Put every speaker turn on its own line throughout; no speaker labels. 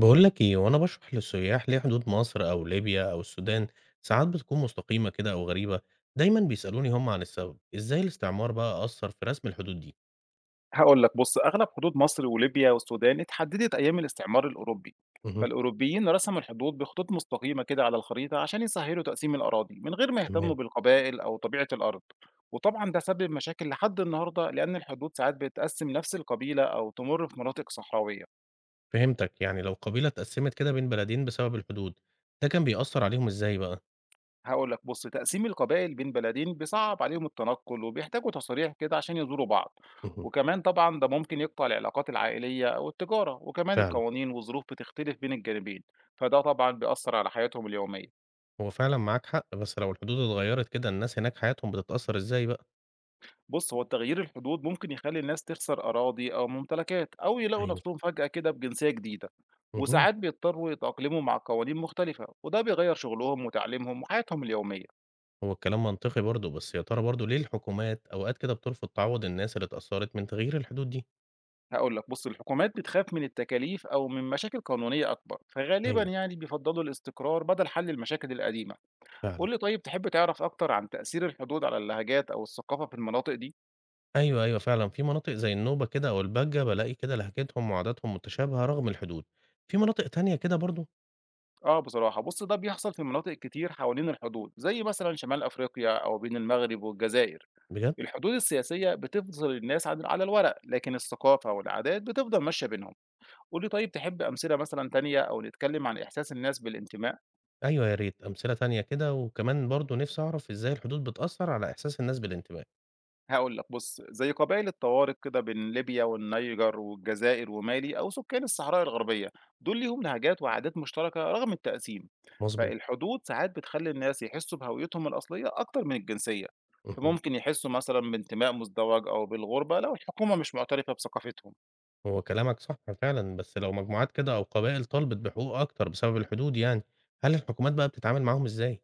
بقول لك ايه وانا بشرح للسياح ليه حدود مصر او ليبيا او السودان ساعات بتكون مستقيمة كده او غريبة. دايما بيسألوني هم عن السبب ازاي الاستعمار بقى أثر في رسم الحدود دي.
هاقول لك بُص، أغلب حدود مصر وليبيا والسودان اتحددت أيام الاستعمار الأوروبي،
مهم.
فالأوروبيين رسموا الحدود بخطوط مستقيمة كده على الخريطة عشان يسهّلوا تقسيم الأراضي، من غير ما يهتموا
تمام.
بالقبائل أو طبيعة الأرض، وطبعًا ده سبب مشاكل لحد النهارده لأن الحدود ساعات بتقسّم نفس القبيلة أو تمُر في مناطق صحراوية.
فهمتك، يعني لو قبيلة اتقسمت كده بين بلدين بسبب الحدود ده كان بيأثر عليهم ازاي بقى؟
هاقول لك بُص، تقسيم القبائل بين بلدين بيصعّب عليهم التنقُّل وبيحتاجوا تصاريح كده عشان يزوروا بعض،
مهم.
وكمان طبعًا ده ممكن يقطع العلاقات العائلية أو التجارة، وكمان
فعلا.
القوانين والظروف بتختلف بين الجانبين، فده طبعًا بيأثّر على حياتهم اليومية.
هو فعلا معاك حق، بس لو الحدود اتغيرت كده الناس هناك حياتهم بتتأثر ازاي بقى؟
بُص، هو تغيير الحدود ممكن يخلّي الناس تخسر أراضي أو ممتلكات أو يلاقوا
ايوه.
نَفْسهم فجأة كده بجنسية جديدة،
مهم.
وساعات بيضطروا يتأقلموا مع قوانين مختلفة، وده بيغيّر شغلهم وتعليمهم وحياتهم اليومية.
هو الكلام منطقي برضه، بس يا ترى برضه ليه الحكومات اوقات كده بترفض تعوض الناس اللي اتأثرت من تغيير الحدود دي؟
هاقول لك، بُص الحكومات بتخاف من التكاليف أو من مشاكل قانونية أكبر، فغالبًا
ايوه.
يعني بيفضّلوا الاستقرار بدل حل المشاكل القديمة.
فعلا.
قُل لي طيب تحب تعرف أكتر عن تأثير الحدود على اللهجات أو الثقافة في المناطق دي؟
أيوه، أيوه فعلًا، في مناطق زي النوبة كده أو البَجّة بالاقي كده لهجتهم وعاداتهم متشابهة رغم الحدود، في مناطق تانية كده برضه؟
آه بصراحة، بُص ده بيحصل في مناطق كتير حوالين الحدود، زي مثلًا شمال أفريقيا أو بين المغرب والجزائر.
بجد؟
الحدود السياسية بتفصل الناس عن على الورق، لكن الثقافة والعادات بتفضل ماشية بينهم. قُل لي طيب تحب أمثلة مثلًا تانية أو نتكلم عن إحساس الناس بالانتماء؟
أيوه، يا ريت أمثلة تانية كده، وكمان برضه نِفْسي أعرف إزاي الحدود بتأثّر على إحساس الناس بالانتماء.
هاقول لك بُص، زي قبائل الطوارق كده بين ليبيا والنيجر والجزائر ومالي أو سكان الصحراء الغربية، دول ليهم لهجات وعادات مشتركة رغم التقسيم،
مضبوط.
فالحدود ساعات بتخلّي الناس يحسّوا بهويتهم الأصلية أكتر من الجنسية،
اهم.
فممكن يحسّوا مثلًا بانتماء مزدوج أو بالغربة لو الحكومة مش معترفة بثقافتهم.
هو كلامك صح فعلًا، بس لو مجموعات كده أو قبائل طالبت بحقوق أكتر بسبب الحدود يعني، هل الحكومات بقى بتتعامل معاهم إزاي؟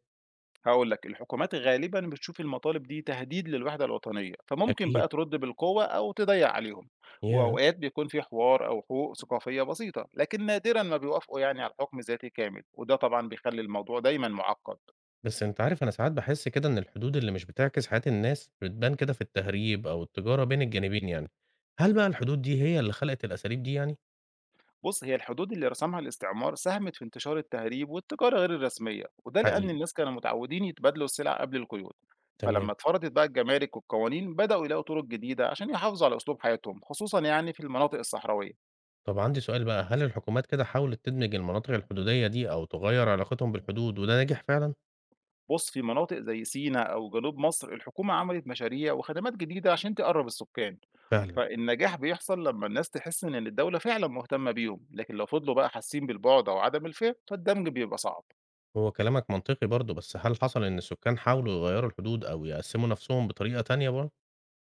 هاقول لك، الحكومات غالبًا بتشوف المطالب دي تهديد للوحدة الوطنية، فممكن
أكيد.
بقى ترد بالقوة أو تضيّق عليهم،
ياه!
وأوقات بيكون في حوار أو حقوق ثقافية بسيطة، لكن نادرًا ما بيوافقوا يعني على حكم ذاتي كامل، وده طبعًا بيخلّي الموضوع دايمًا معقّد.
بس أنت عارف أنا ساعات باحس كده إن الحدود اللي مش بتعكس حياة الناس بتبان كده في التهريب أو التجارة بين الجانبين يعني، هل بقى الحدود دي هي اللي خلقت الأساليب دي يعني؟
بُص، هي الحدود اللي رسمها الاستعمار ساهمت في انتشار التهريب والتجارة غير الرسمية، وده لإن
حقيقي.
الناس كانوا متعودين يتبادلوا السلع قبل القيود، فلما
تمام.
اتفرضت بقى الجمارك والقوانين بدأوا يلاقوا طرق جديدة عشان يحافظوا على أسلوب حياتهم، خصوصًا يعني في المناطق الصحراوية.
طب عندي سؤال بقى، هل الحكومات كده حاولت تدمج المناطق الحدودية دي أو تغير علاقتهم بالحدود وده نجح فعلًا؟
بُص، في مناطق زي سينا أو جنوب مصر الحكومة عملت مشاريع وخدمات جديدة عشان تقرّب السكان،
فعلًا.
فالنجاح بيحصل لمّا الناس تحس إن الدولة فعلًا مهتمة بيهم، لكن لو فضلوا بقى حاسين بالبُعد أو عدم الفهم فالدمج بيبقى صعب.
هو كلامك منطقي برضه، بس هل حصل إن السكان حاولوا يغيروا الحدود أو يقسموا نفسهم بطريقة تانية برضه؟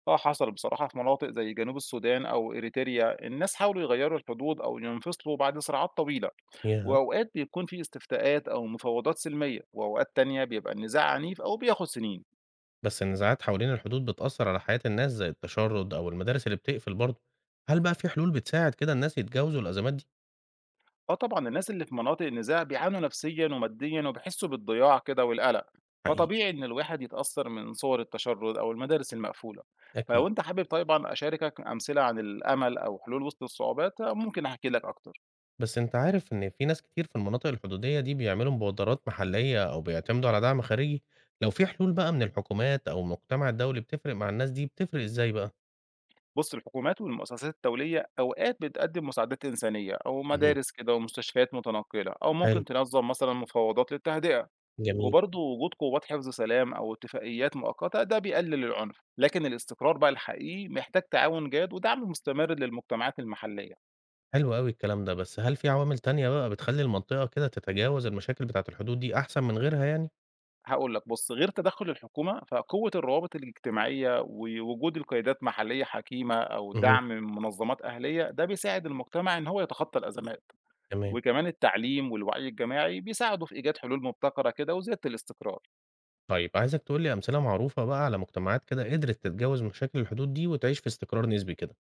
آه حصل بصراحة في مناطق زي جنوب السودان أو إريتريا، الناس حاولوا يغيّروا الحدود أو ينفصلوا بعد صراعات طويلة،
ياه!
وأوقات بيكون في استفتاءات أو مفاوضات سلمية، وأوقات تانية بيبقى النزاع عنيف أو بياخد سنين.
بس النزاعات حوالين الحدود بتأثر على حياة الناس زي التشرد أو المدارس اللي بتقفل برضه، هل بقى في حلول بتساعد كده الناس يتجاوزوا الأزمات دي؟
آه طبعًا، الناس اللي في مناطق النزاع بيعانوا نفسيًا وماديًا وبيحسّوا بالضياع كده والقلق،
حقيقي.
فطبيعي إن الواحد يتأثّر من صور التشرُّد أو المدارس المقفولة، فلو
أكيد.
أنت حابب طبعًا أشاركك أمثلة عن الأمل أو حلول وسط الصعوبات آه، ممكن أحكي لك أكتر.
بس أنت عارف إن في ناس كتير في المناطق الحدودية دي بيعملوا مبادرات محلية أو بيعتمدوا على دعم خارجي، لو في حلول بقى من الحكومات أو المجتمع الدولي بتفرق مع الناس دي بتفرق إزاي بقى؟
بُص، الحكومات والمؤسسات الدولية أوقات بتقدّم مساعدات إنسانية أو
مهم.
مدارس كده ومستشفيات متنقّلة أو ممكن
حلو.
تنظّم مثلًا مفاوضات للتهدئة.
جميل.
وبرضه وجود قوات حفظ سلام أو اتفاقيات مؤقتة ده بيقلل العنف، لكن الاستقرار بقى الحقيقي محتاج تعاون جاد ودعم مستمر للمجتمعات المحلية.
حلو قوي الكلام ده، بس هل في عوامل تانية بقى بتخلي المنطقة كده تتجاوز المشاكل بتاعة الحدود دي أحسن من غيرها يعني؟
هقول لك بص غير تدخل الحكومة فقوة الروابط الاجتماعية ووجود القيادات محلية حكيمة أو
مهم.
دعم من منظمات أهلية ده بيساعد المجتمع إن هو يتخطى الأزمات،
تمام.
وكمان التعليم والوعي الجماعي بيساعدوا في إيجاد حلول مبتكرة كده وزيادة الاستقرار.
طيب عايزك تقول لي أمثلة معروفة بقى على مجتمعات كده قدرت تتجاوز مشاكل الحدود دي وتعيش في استقرار نسبي كده.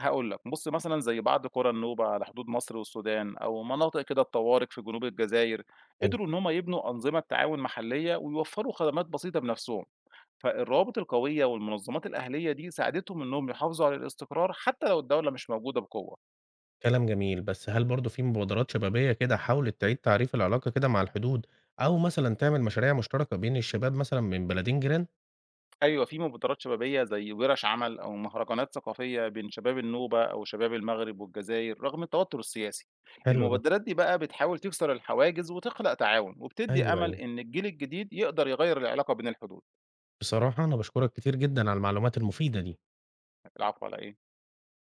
هاقول لك، بُص مثلًا زي بعض قرى النوبة على حدود مصر والسودان، أو مناطق كده الطوارئ في جنوب الجزاير،
حلو.
قدروا إن هم يبنوا أنظمة تعاون محلية ويوفروا خدمات بسيطة بنفسهم، فالروابط القوية والمنظمات الأهلية دي ساعدتهم إنهم يحافظوا على الاستقرار حتى لو الدولة مش موجودة بقوة.
كلام جميل، بس هل برضه في مبادرات شبابية كده حاولت تعيد تعريف العلاقة كده مع الحدود أو مثلا تعمل مشاريع مشتركة بين الشباب مثلا من بلدين جيران؟
أيوه، في مبادرات شبابية زي وِرَش عمل أو مهرجانات ثقافية بين شباب النوبة أو شباب المغرب والجزائر رغم التوتر السياسي.
حلو ده.
المبادرات دي بقى بتحاول تكسر الحواجز وتخلق تعاون، وبتدّي
ايوه،
أمل
ايوه.
إن الجيل الجديد يقدر يغيّر العلاقة بين الحدود.
بصراحة أنا بشكرك كتير جدا على المعلومات المفيدة دي.
العفو على إيه؟